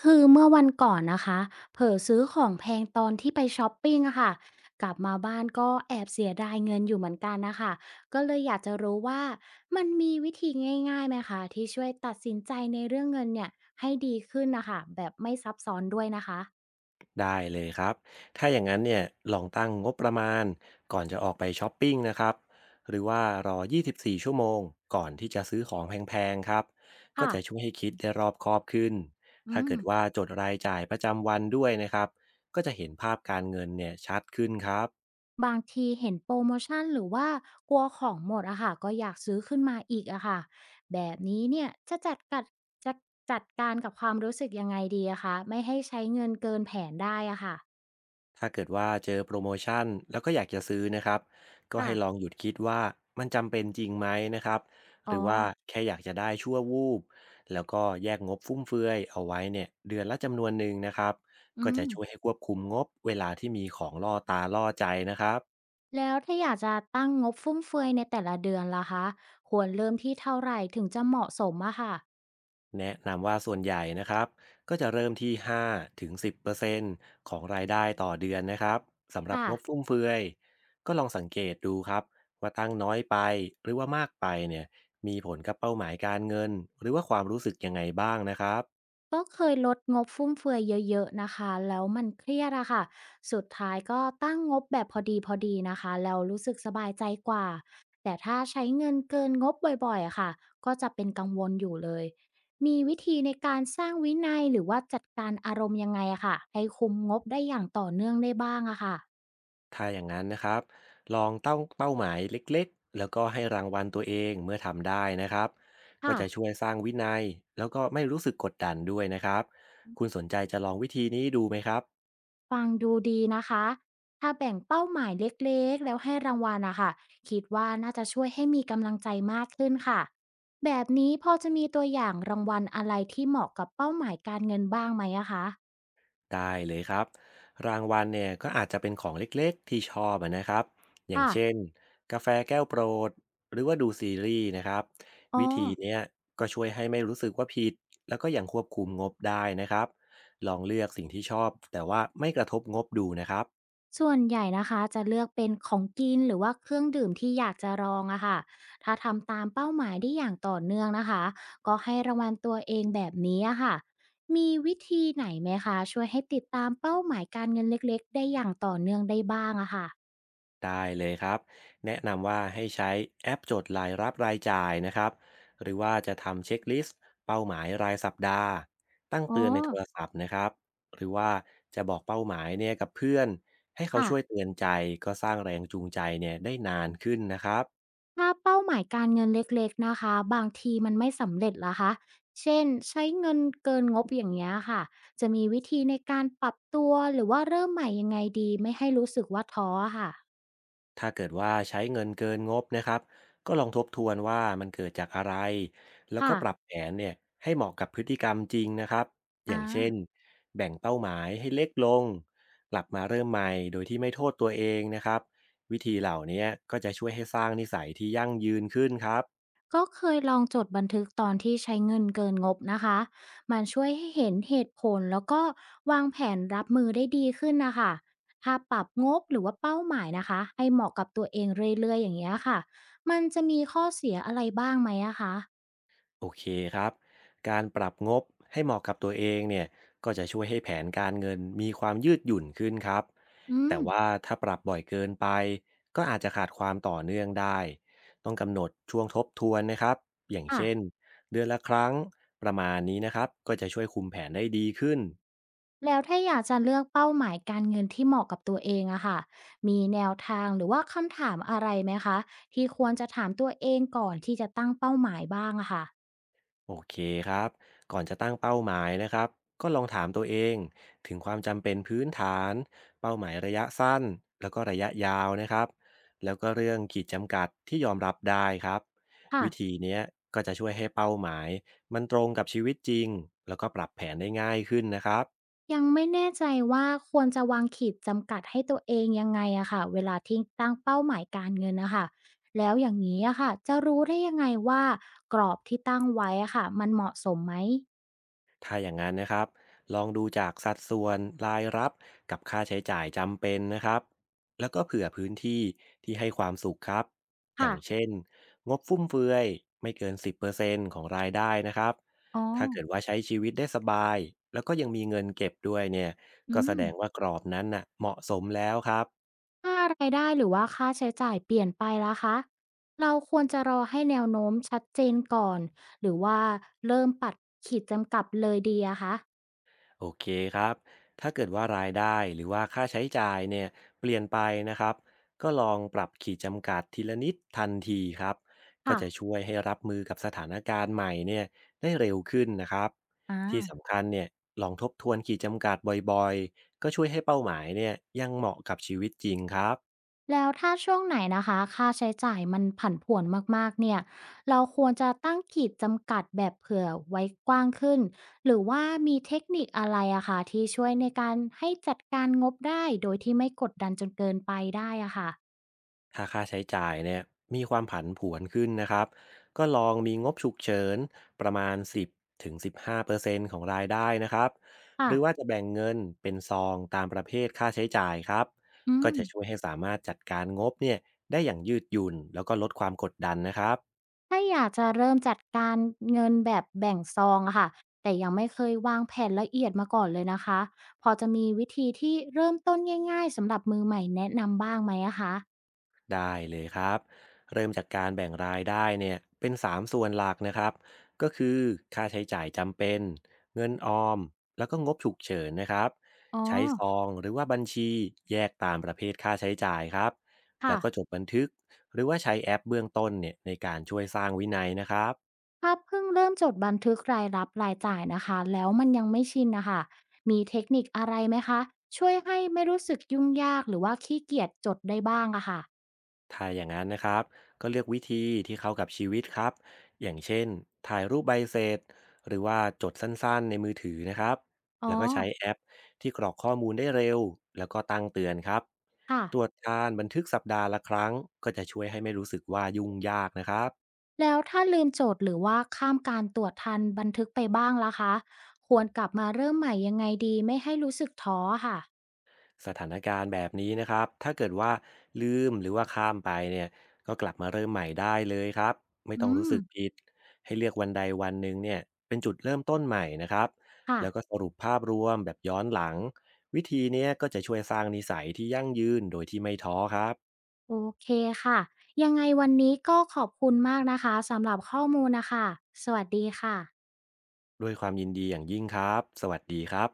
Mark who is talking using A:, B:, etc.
A: คือเมื่อวันก่อนนะคะเผลอซื้อของแพงตอนที่ไปช้อปปิ้งอะค่ะกลับมาบ้านก็แอบเสียดายเงินอยู่เหมือนกันนะคะก็เลยอยากจะรู้ว่ามันมีวิธีง่ายๆไหมคะที่ช่วยตัดสินใจในเรื่องเงินเนี่ยให้ดีขึ้นนะคะแบบไม่ซับซ้อนด้วยนะคะ
B: ได้เลยครับ ถ้าอย่างนั้นเนี่ยลองตั้งงบประมาณก่อนจะออกไปช้อปปิ้งนะครับ หรือว่ารอ 24 ชั่วโมงก่อนที่จะซื้อของแพงๆ ครับ ก็
A: ค่ะ
B: จะช่วยให้คิดได้รอบคอบขึ้น
A: อื
B: ถ้า
A: ม
B: เกิดว่าจดรายจ่ายประจำวันด้วยนะครับ ก็จะเห็นภาพการเงินเนี่ยชัดขึ้นครับ
A: บางทีเห็นโปรโมชั่นหรือว่ากลัวของหมดอะค่ะก็อยากซื้อขึ้นมาอีกอะค่ะแบบนี้เนี่ยจะจัดกัดจะจัดการกับความรู้สึกยังไงดีอะคะไม่ให้ใช้เงินเกินแผนได้อะค่ะ
B: ถ้าเกิดว่าเจอโปรโมชั่นแล้วก็อยากจะซื้อนะครับก็ให้ลอ
A: ค่ะ
B: งหยุดคิดว่ามันจำเป็นจริงไหมนะครับห
A: อ๋อ
B: รือว่าแค่อยากจะได้ชั่ววูบแล้วก็แยกงบฟุ่มเฟือยเอาไว้เนี่ยเดือนละจำนวนหนึ่งนะครับก็
A: อืม
B: จะช่วยให้ควบคุมงบเวลาที่มีของล่อตาล่อใจนะครับ
A: แล้วถ้าอยากจะตั้งงบฟุ่มเฟือยในแต่ละเดือนล่ะคะควรเริ่มที่เท่าไหร่ถึงจะเหมาะสมอะค่ะ
B: แนะนำว่าส่วนใหญ่นะครับก็จะเริ่มที่5-10%ของรายได้ต่อเดือนนะครับสำหรับ
A: ค่ะ
B: งบฟุ่มเฟือยก็ลองสังเกตดูครับว่าตั้งน้อยไปหรือว่ามากไปเนี่ยมีผลกับเป้าหมายการเงินหรือว่าความรู้สึกยังไงบ้างนะครับ
A: ก็เคยลดงบฟุ่มเฟือยเยอะๆนะคะ แล้วมันเครียดอะค่ะสุดท้ายก็ตั้งงบแบบพอดีๆนะคะ แล้วรู้สึกสบายใจกว่า แต่ถ้าใช้เงินเกินงบบ่อยๆอะค่ะก็จะเป็นกังวลอยู่เลย มีวิธีในการสร้างวินัยหรือว่าจัดการอารมณ์ยังไงอะค่ะให้คุมงบได้อย่างต่อเนื่องได้บ้างอะค่ะ
B: ถ้าอย่างนั้นนะครับลองตั้งเป้าหมายเล็กๆแล้วก็ให้รางวัลตัวเองเมื่อทำได้นะครับก็
A: ค่ะ
B: จะช่วยสร้างวินัยแล้วก็ไม่รู้สึกกดดันด้วยนะครับคุณสนใจจะลองวิธีนี้ดูไหมครับ
A: ฟังดูดีนะคะ ถ้าแบ่งเป้าหมายเล็กๆ แล้วให้รางวัลนะคะคิดว่าน่าจะช่วยให้มีกำลังใจมากขึ้นค่ะ แบบนี้พอจะมีตัวอย่างรางวัลอะไรที่เหมาะกับเป้าหมายการเงินบ้างไหมอะคะ
B: ได้เลยครับรางวัลเนี่ยก็อาจจะเป็นของเล็กๆที่ชอบอะนะครับอย่าง
A: ค่ะ
B: เช่นกาแฟแก้วโปรดหรือว่าดูซีรีส์นะครับ
A: อ๋อ
B: วิธีเนี้ยก็ช่วยให้ไม่รู้สึกว่าผิดแล้วก็ยังควบคุมงบได้นะครับลองเลือกสิ่งที่ชอบแต่ว่าไม่กระทบงบดูนะครับ
A: ส่วนใหญ่นะคะจะเลือกเป็นของกินหรือว่าเครื่องดื่มที่อยากจะลองอะค่ะถ้าทำตามเป้าหมายได้อย่างต่อเนื่องนะคะก็ให้รางวัลตัวเองแบบนี้อะค่ะมีวิธีไหนไหมคะช่วยให้ติดตามเป้าหมายการเงินเล็กๆได้อย่างต่อเนื่องได้บ้างอะค่ะ
B: ได้เลยครับแนะนำว่าให้ใช้แอปจดรายรับรายจ่ายนะครับหรือว่าจะทำเช็คลิสต์เป้าหมายรายสัปดาห์ตั้ง
A: อ๋อ
B: เตือนในโทรศัพท์นะครับหรือว่าจะบอกเป้าหมายเนี่ยกับเพื่อนให้เขา
A: ค่ะ
B: ช่วยเตือนใจก็สร้างแรงจูงใจเนี่ยได้นานขึ้นนะครับ
A: ถ้าเป้าหมายการเงินเล็กๆนะคะบางทีมันไม่สำเร็จละคะ เช่นใช้เงินเกินงบอย่างเงี้ยค่ะ จะมีวิธีในการปรับตัวหรือว่าเริ่มใหม่ยังไงดีไม่ให้รู้สึกว่าท้ออะค่ะ
B: ถ้าเกิดว่าใช้เงินเกินงบนะครับก็ลองทบทวนว่ามันเกิดจากอะไรแล้วก็
A: ค่ะ
B: ปรับแผนเนี่ยให้เหมาะกับพฤติกรรมจริงนะครับอย่า
A: อา
B: งเช่นแบ่งเป้าหมายให้เล็กลงกลับมาเริ่มใหม่โดยที่ไม่โทษตัวเองนะครับวิธีเหล่านี้ก็จะช่วยให้สร้างนิสัยที่ยั่งยืนขึ้นครับ
A: ก็เคยลองจดบันทึกตอนที่ใช้เงินเกินงบนะคะมันช่วยให้เห็นเหตุผลแล้วก็วางแผนรับมือได้ดีขึ้นนะค่ะถ้าปรับงบหรือว่าเป้าหมายนะคะให้เหมาะกับตัวเองเรื่อยๆอย่างเงี้ยค่ะมันจะมีข้อเสียอะไรบ้างไหมอะคะ
B: โอเคครับการปรับงบให้เหมาะกับตัวเองเนี่ยก็จะช่วยให้แผนการเงินมีความยืดหยุ่นขึ้นครับ
A: อืม
B: แต่ว่าถ้าปรับบ่อยเกินไปก็อาจจะขาดความต่อเนื่องได้ ต้องกำหนดช่วงทบทวนนะครับอย่าง
A: ค่ะ
B: เช่นเดือนละครั้งประมาณนี้นะครับก็จะช่วยคุมแผนได้ดีขึ้น
A: แล้วถ้าอยากจะเลือกเป้าหมายการเงินที่เหมาะกับตัวเองอะค่ะมีแนวทางหรือว่าคำถามอะไรไหมคะที่ควรจะถามตัวเองก่อนที่จะตั้งเป้าหมายบ้างอะค่ะ
B: โอเคครับก่อนจะตั้งเป้าหมายนะครับ ก็ลองถามตัวเองถึงความจำเป็นพื้นฐานเป้าหมายระยะสั้นแล้วก็ระยะยาวนะครับแล้วก็เรื่องขีดจำกัดที่ยอมรับได้ครับ
A: ค่ะ
B: วิธีเนี้ยก็จะช่วยให้เป้าหมายมันตรงกับชีวิตจริงแล้วก็ปรับแผนได้ง่ายขึ้นนะครับ
A: ยังไม่แน่ใจว่าควรจะวางขีดจำกัดให้ตัวเองยังไงอะค่ะเวลาที่ตั้งเป้าหมายการเงินน่ะค่ะแล้วอย่างงี้อะค่ะจะรู้ได้ยังไงว่ากรอบที่ตั้งไว้อะค่ะมันเหมาะสมไหม
B: ถ้าอย่างนั้นนะครับลองดูจากสัดส่วนรายรับกับค่าใช้จ่ายจำเป็นนะครับแล้วก็เผื่อพื้นที่ที่ให้ความสุขครับอ
A: ค่ะ
B: ย่างเช่นงบฟุ่มเฟือยไม่เกิน 10%ของรายได้นะครับ
A: อ๋อ
B: ถ้าเกิดว่าใช้ชีวิตได้สบายแล้วก็ยังมีเงินเก็บด้วยเนี่ยก็
A: อื
B: แส
A: ม
B: ดงว่ากรอบนั้นน่ะเหมาะสมแล้วครับ
A: ถ้ารายได้หรือว่าค่าใช้จ่ายเปลี่ยนไปละคะเราควรจะรอให้แนวโน้มชัดเจนก่อนหรือว่าเริ่มปัดขีดจำกัดเลยดีอะคะ
B: โอเคครับ ถ้าเกิดว่ารายได้หรือว่าค่าใช้จ่ายเนี่ยเปลี่ยนไปนะครับก็ลองปรับขีดจำกัดทีละนิดทันทีครับ ก็จะ
A: ค่ะ
B: ช่วยให้รับมือกับสถานการณ์ใหม่เนี่ยได้เร็วขึ้นนะครับ
A: อา
B: ที่สำคัญเนี่ยลองทบทวนขีดจำกัดบ่อยๆ ก็ช่วยให้เป้าหมายเนี่ยยังเหมาะกับชีวิตจริงครับ
A: แล้วถ้าช่วงไหนนะคะค่าใช้จ่ายมันผันผวนมากๆเนี่ยเราควรจะตั้งขีดจำกัดแบบเผื่อไว้กว้างขึ้นหรือว่ามีเทคนิคอะไรอะค่ะที่ช่วยในการให้จัดการงบได้โดยที่ไม่กดดันจนเกินไปได้อะค่ะ
B: ถ้าค่าใช้จ่ายเนี่ยมีความผันผวนขึ้นนะครับก็ลองมีงบฉุกเฉินประมาณ10ถึง15%ของรายได้นะครับห
A: ค่ะ
B: รือว่าจะแบ่งเงินเป็นซองตามประเภทค่าใช้จ่ายครับ
A: อื
B: ก็
A: ม
B: จะช่วยให้สามารถจัดการงบเนี่ยได้อย่างยืดหยุ่นแล้วก็ลดความกดดันนะครับ
A: ถ้าอยากจะเริ่มจัดการเงินแบบแบ่งซองอะค่ะแต่ยังไม่เคยวางแผนละเอียดมาก่อนเลยนะคะพอจะมีวิธีที่เริ่มต้นง่ายๆสำหรับมือใหม่แนะนำบ้างไหมอะคะ
B: ได้เลยครับเริ่มจากการแบ่งรายได้เนี่ยเป็น3ส่วนหลักนะครับก็คือค่าใช้จ่ายจำเป็นเงินออมแล้วก็งบฉุกเฉินนะครับ
A: อ๋อ
B: ใช้ซองหรือว่าบัญชีแยกตามประเภทค่าใช้จ่ายครับแล้
A: ค่ะ
B: วก็จดบันทึกหรือว่าใช้แอปเบื้องต้นเนี่ยในการช่วยสร้างวินัยนะครับ
A: ถ้าเพิ่งเริ่มจดบันทึกรายรับรายจ่ายนะคะแล้วมันยังไม่ชินนะคะมีเทคนิคอะไรไหมคะช่วยให้ไม่รู้สึกยุ่งยากหรือว่าขี้เกียจจดได้บ้างอะค่ะ
B: ถ้าอย่างนั้นนะครับก็เลือกวิธีที่เข้ากับชีวิตครับอย่างเช่นถ่ายรูปใบเสร็จหรือว่าจดสั้นๆในมือถือนะครับ
A: อ๋อ
B: แล้วก็ใช้แอปที่กรอกข้อมูลได้เร็วแล้วก็ตั้งเตือนครับ
A: ค่ะ
B: ตรวจการบันทึกสัปดาห์ละครั้งก็จะช่วยให้ไม่รู้สึกว่ายุ่งยากนะครับ
A: แล้วถ้าลืมจดหรือว่าข้ามการตรวจทันบันทึกไปบ้างล่ะคะควรกลับมาเริ่มใหม่ยังไงดีไม่ให้รู้สึกท้อค่ะ
B: สถานการณ์แบบนี้นะครับถ้าเกิดว่าลืมหรือว่าข้ามไปเนี่ยก็กลับมาเริ่มใหม่ได้เลยครับไม่ต้
A: อื
B: องรู้
A: ม
B: สึกผิดให้เลือกวันใดวันหนึ่งเนี่ยเป็นจุดเริ่มต้นใหม่นะครับ
A: ค่ะ
B: แล้วก็สรุปภาพรวมแบบย้อนหลังวิธีเนี้ยก็จะช่วยสร้างนิสัยที่ยั่งยืนโดยที่ไม่ท้อครับ
A: โอเคค่ะยังไงวันนี้ก็ขอบคุณมากนะคะสำหรับข้อมูลนะคะสวัสดีค่ะ
B: ด้วยความยินดีอย่างยิ่งครับสวัสดีครับ